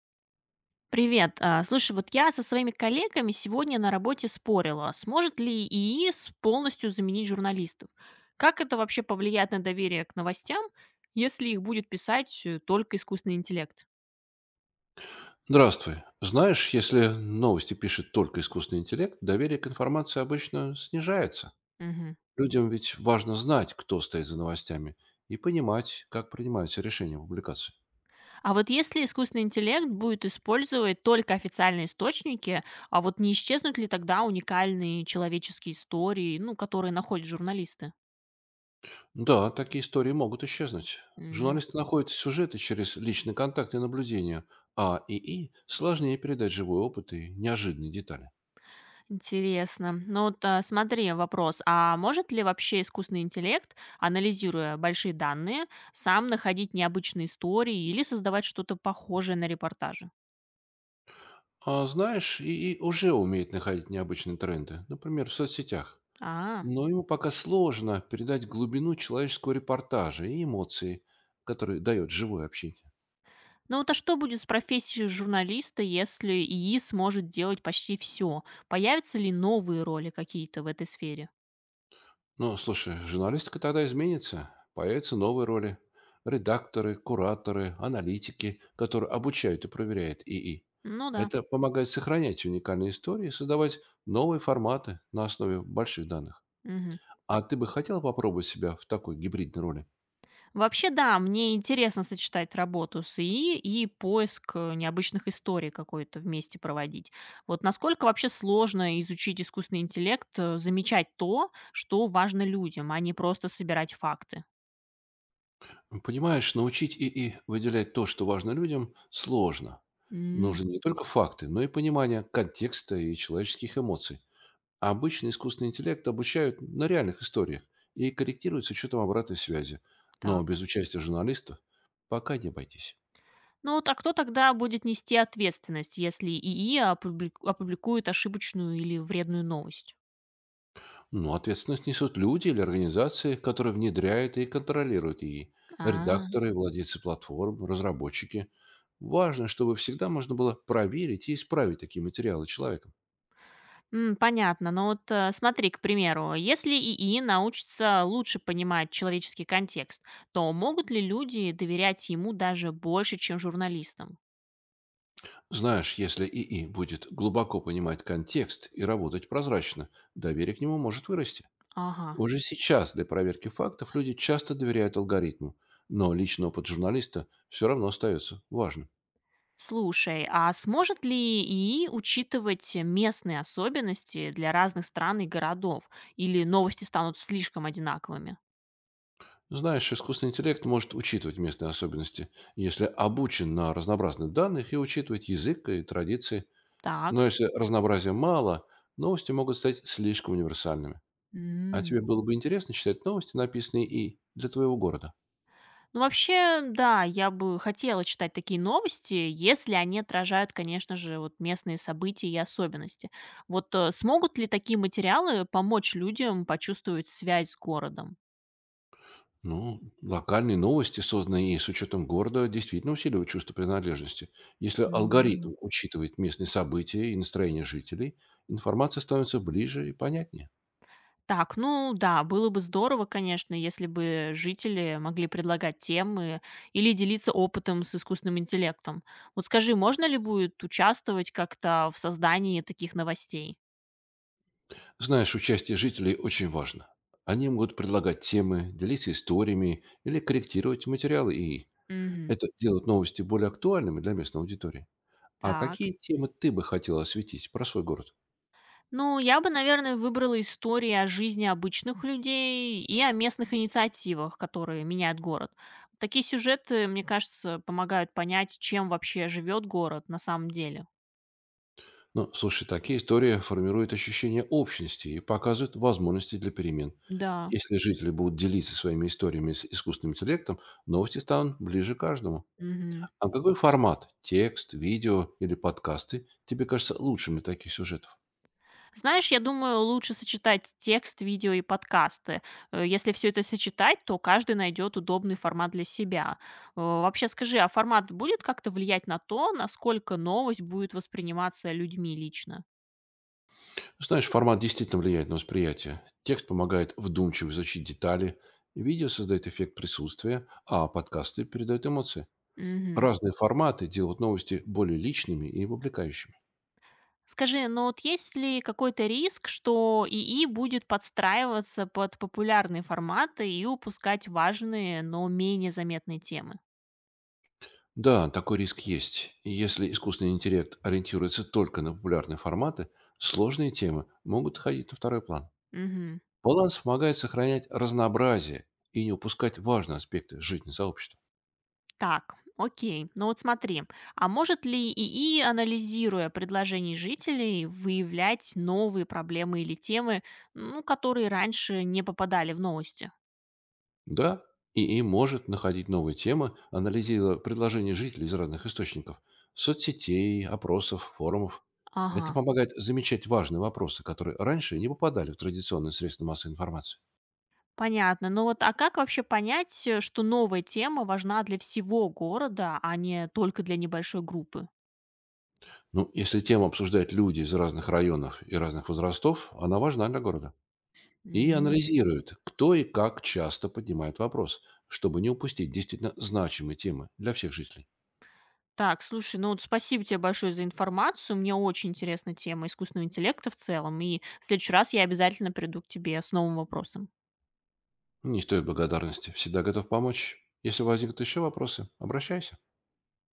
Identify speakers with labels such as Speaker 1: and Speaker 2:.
Speaker 1: Привет. Слушай, вот я со своими коллегами сегодня на работе спорила, сможет ли ИИС полностью заменить журналистов. Как это вообще повлияет на доверие к новостям, если их будет писать только искусственный интеллект?
Speaker 2: Здравствуй. Знаешь, если новости пишет только искусственный интеллект, доверие к информации обычно снижается.
Speaker 1: Мгм.
Speaker 2: Людям ведь важно знать, кто стоит за новостями, и понимать, как принимаются решения публикации.
Speaker 1: А вот если искусственный интеллект будет использовать только официальные источники, а вот не исчезнут ли тогда уникальные человеческие истории, ну, которые находят журналисты?
Speaker 2: Да, такие истории могут исчезнуть. Журналисты находят сюжеты через личные контакты и наблюдения, а ИИ сложнее передать живой опыт и неожиданные детали.
Speaker 1: Интересно. Ну вот смотри, вопрос. А может ли вообще искусственный интеллект, анализируя большие данные, сам находить необычные истории или создавать что-то похожее на репортажи?
Speaker 2: А знаешь, ИИ уже умеет находить необычные тренды, например, в соцсетях.
Speaker 1: А,
Speaker 2: Но ему пока сложно передать глубину человеческого репортажа и эмоции, которые дает живое общение.
Speaker 1: ну вот а что будет с профессией журналиста, если ИИ сможет делать почти все? Появятся ли новые роли какие-то в этой сфере?
Speaker 2: Но, слушай, журналистика тогда изменится. Появятся новые роли. Редакторы, кураторы, аналитики, которые обучают и проверяют ИИ.
Speaker 1: Ну да.
Speaker 2: Это помогает сохранять уникальные истории и создавать новые форматы на основе больших данных.
Speaker 1: Мгм.
Speaker 2: А ты бы хотел попробовать себя в такой гибридной роли?
Speaker 1: Вообще, да, мне интересно сочетать работу с ИИ и поиск необычных историй какой-то вместе проводить. Вот насколько вообще сложно изучить искусственный интеллект, замечать то, что важно людям, а не просто собирать факты?
Speaker 2: Понимаешь, научить ИИ выделять то, что важно людям, сложно.
Speaker 1: М,
Speaker 2: Нужны не только факты, но и понимание контекста и человеческих эмоций. А обычно искусственный интеллект обучают на реальных историях и корректируют с учетом обратной связи. Но
Speaker 1: так.
Speaker 2: без участия журналистов пока не обойтись.
Speaker 1: Ну вот, а кто тогда будет нести ответственность, если ИИ опубликует ошибочную или вредную новость?
Speaker 2: Но ответственность несут люди или организации, которые внедряют и контролируют ИИ. Редакторы, владельцы платформ, разработчики. Важно, чтобы всегда можно было проверить и исправить такие материалы человеком.
Speaker 1: М, понятно. Но вот, смотри, к примеру, если ИИ научится лучше понимать человеческий контекст, то могут ли люди доверять ему даже больше, чем журналистам?
Speaker 2: Знаешь, если ИИ будет глубоко понимать контекст и работать прозрачно, доверие к нему может вырасти.
Speaker 1: Ага.
Speaker 2: Уже сейчас для проверки фактов люди часто доверяют алгоритму, но личный опыт журналиста все равно остается важным.
Speaker 1: Слушай, а сможет ли ИИ учитывать местные особенности для разных стран и городов? Или новости станут слишком одинаковыми?
Speaker 2: Знаешь, искусственный интеллект может учитывать местные особенности, если обучен на разнообразных данных и учитывает язык и традиции. Но
Speaker 1: Так.
Speaker 2: если разнообразия мало, новости могут стать слишком универсальными. А
Speaker 1: М.
Speaker 2: тебе было бы интересно читать новости, написанные и для твоего города?
Speaker 1: Ну, вообще, да, я бы хотела читать такие новости, если они отражают, конечно же, вот местные события и особенности. Вот смогут ли такие материалы помочь людям почувствовать связь с городом?
Speaker 2: Ну, локальные новости, созданные и с учетом города, действительно усиливают чувство принадлежности. Если
Speaker 1: М.
Speaker 2: алгоритм учитывает местные события и настроение жителей, информация становится ближе и понятнее.
Speaker 1: Так, ну да, было бы здорово, конечно, если бы жители могли предлагать темы или делиться опытом с искусственным интеллектом. Вот скажи, можно ли будет участвовать как-то в создании таких новостей?
Speaker 2: Знаешь, участие жителей очень важно. Они могут предлагать темы, делиться историями или корректировать материалы, и
Speaker 1: Мгм.
Speaker 2: это делает новости более актуальными для местной аудитории. А
Speaker 1: Так.
Speaker 2: какие темы ты бы хотела осветить про свой город?
Speaker 1: Ну, я бы, наверное, выбрала истории о жизни обычных людей и о местных инициативах, которые меняют город. Такие сюжеты, мне кажется, помогают понять, чем вообще живет город на самом деле.
Speaker 2: Ну, слушай, такие истории формируют ощущение общности и показывают возможности для перемен.
Speaker 1: Да.
Speaker 2: Если жители будут делиться своими историями с искусственным интеллектом, новости станут ближе каждому.
Speaker 1: Мгм.
Speaker 2: А какой формат – текст, видео или подкасты – тебе кажется лучшим для таких сюжетов?
Speaker 1: Знаешь, я думаю, лучше сочетать текст, видео и подкасты. Если все это сочетать, то каждый найдет удобный формат для себя. Вообще скажи, а формат будет как-то влиять на то, насколько новость будет восприниматься людьми лично?
Speaker 2: Знаешь, формат действительно влияет на восприятие. Текст помогает вдумчиво изучить детали, видео создает эффект присутствия, а подкасты передают эмоции.
Speaker 1: Мгм.
Speaker 2: Разные форматы делают новости более личными и вовлекающими.
Speaker 1: Скажи, но вот есть ли какой-то риск, что ИИ будет подстраиваться под популярные форматы и упускать важные, но менее заметные темы?
Speaker 2: Да, такой риск есть. И если искусственный интеллект ориентируется только на популярные форматы, сложные темы могут ходить на второй план.
Speaker 1: Мгм.
Speaker 2: Баланс помогает сохранять разнообразие и не упускать важные аспекты жизни сообщества.
Speaker 1: Так, окей. Ну вот смотри, а может ли ИИ, анализируя предложения жителей, выявлять новые проблемы или темы, ну, которые раньше не попадали в новости?
Speaker 2: Да, и может находить новые темы, анализируя предложения жителей из разных источников, соцсетей, опросов, форумов. Это
Speaker 1: Ага.
Speaker 2: помогает замечать важные вопросы, которые раньше не попадали в традиционные средства массовой информации.
Speaker 1: Понятно. Ну вот, а как вообще понять, что новая тема важна для всего города, а не только для небольшой группы?
Speaker 2: Ну, если тему обсуждают люди из разных районов и разных возрастов, она важна для города. И
Speaker 1: М.
Speaker 2: анализируют, кто и как часто поднимает вопрос, чтобы не упустить действительно значимые темы для всех жителей.
Speaker 1: Так, слушай, ну вот спасибо тебе большое за информацию. Мне очень интересна тема искусственного интеллекта в целом. И в следующий раз я обязательно приду к тебе с новым вопросом.
Speaker 2: Не стоит благодарности, всегда готов помочь. Если возникнут еще вопросы, обращайся.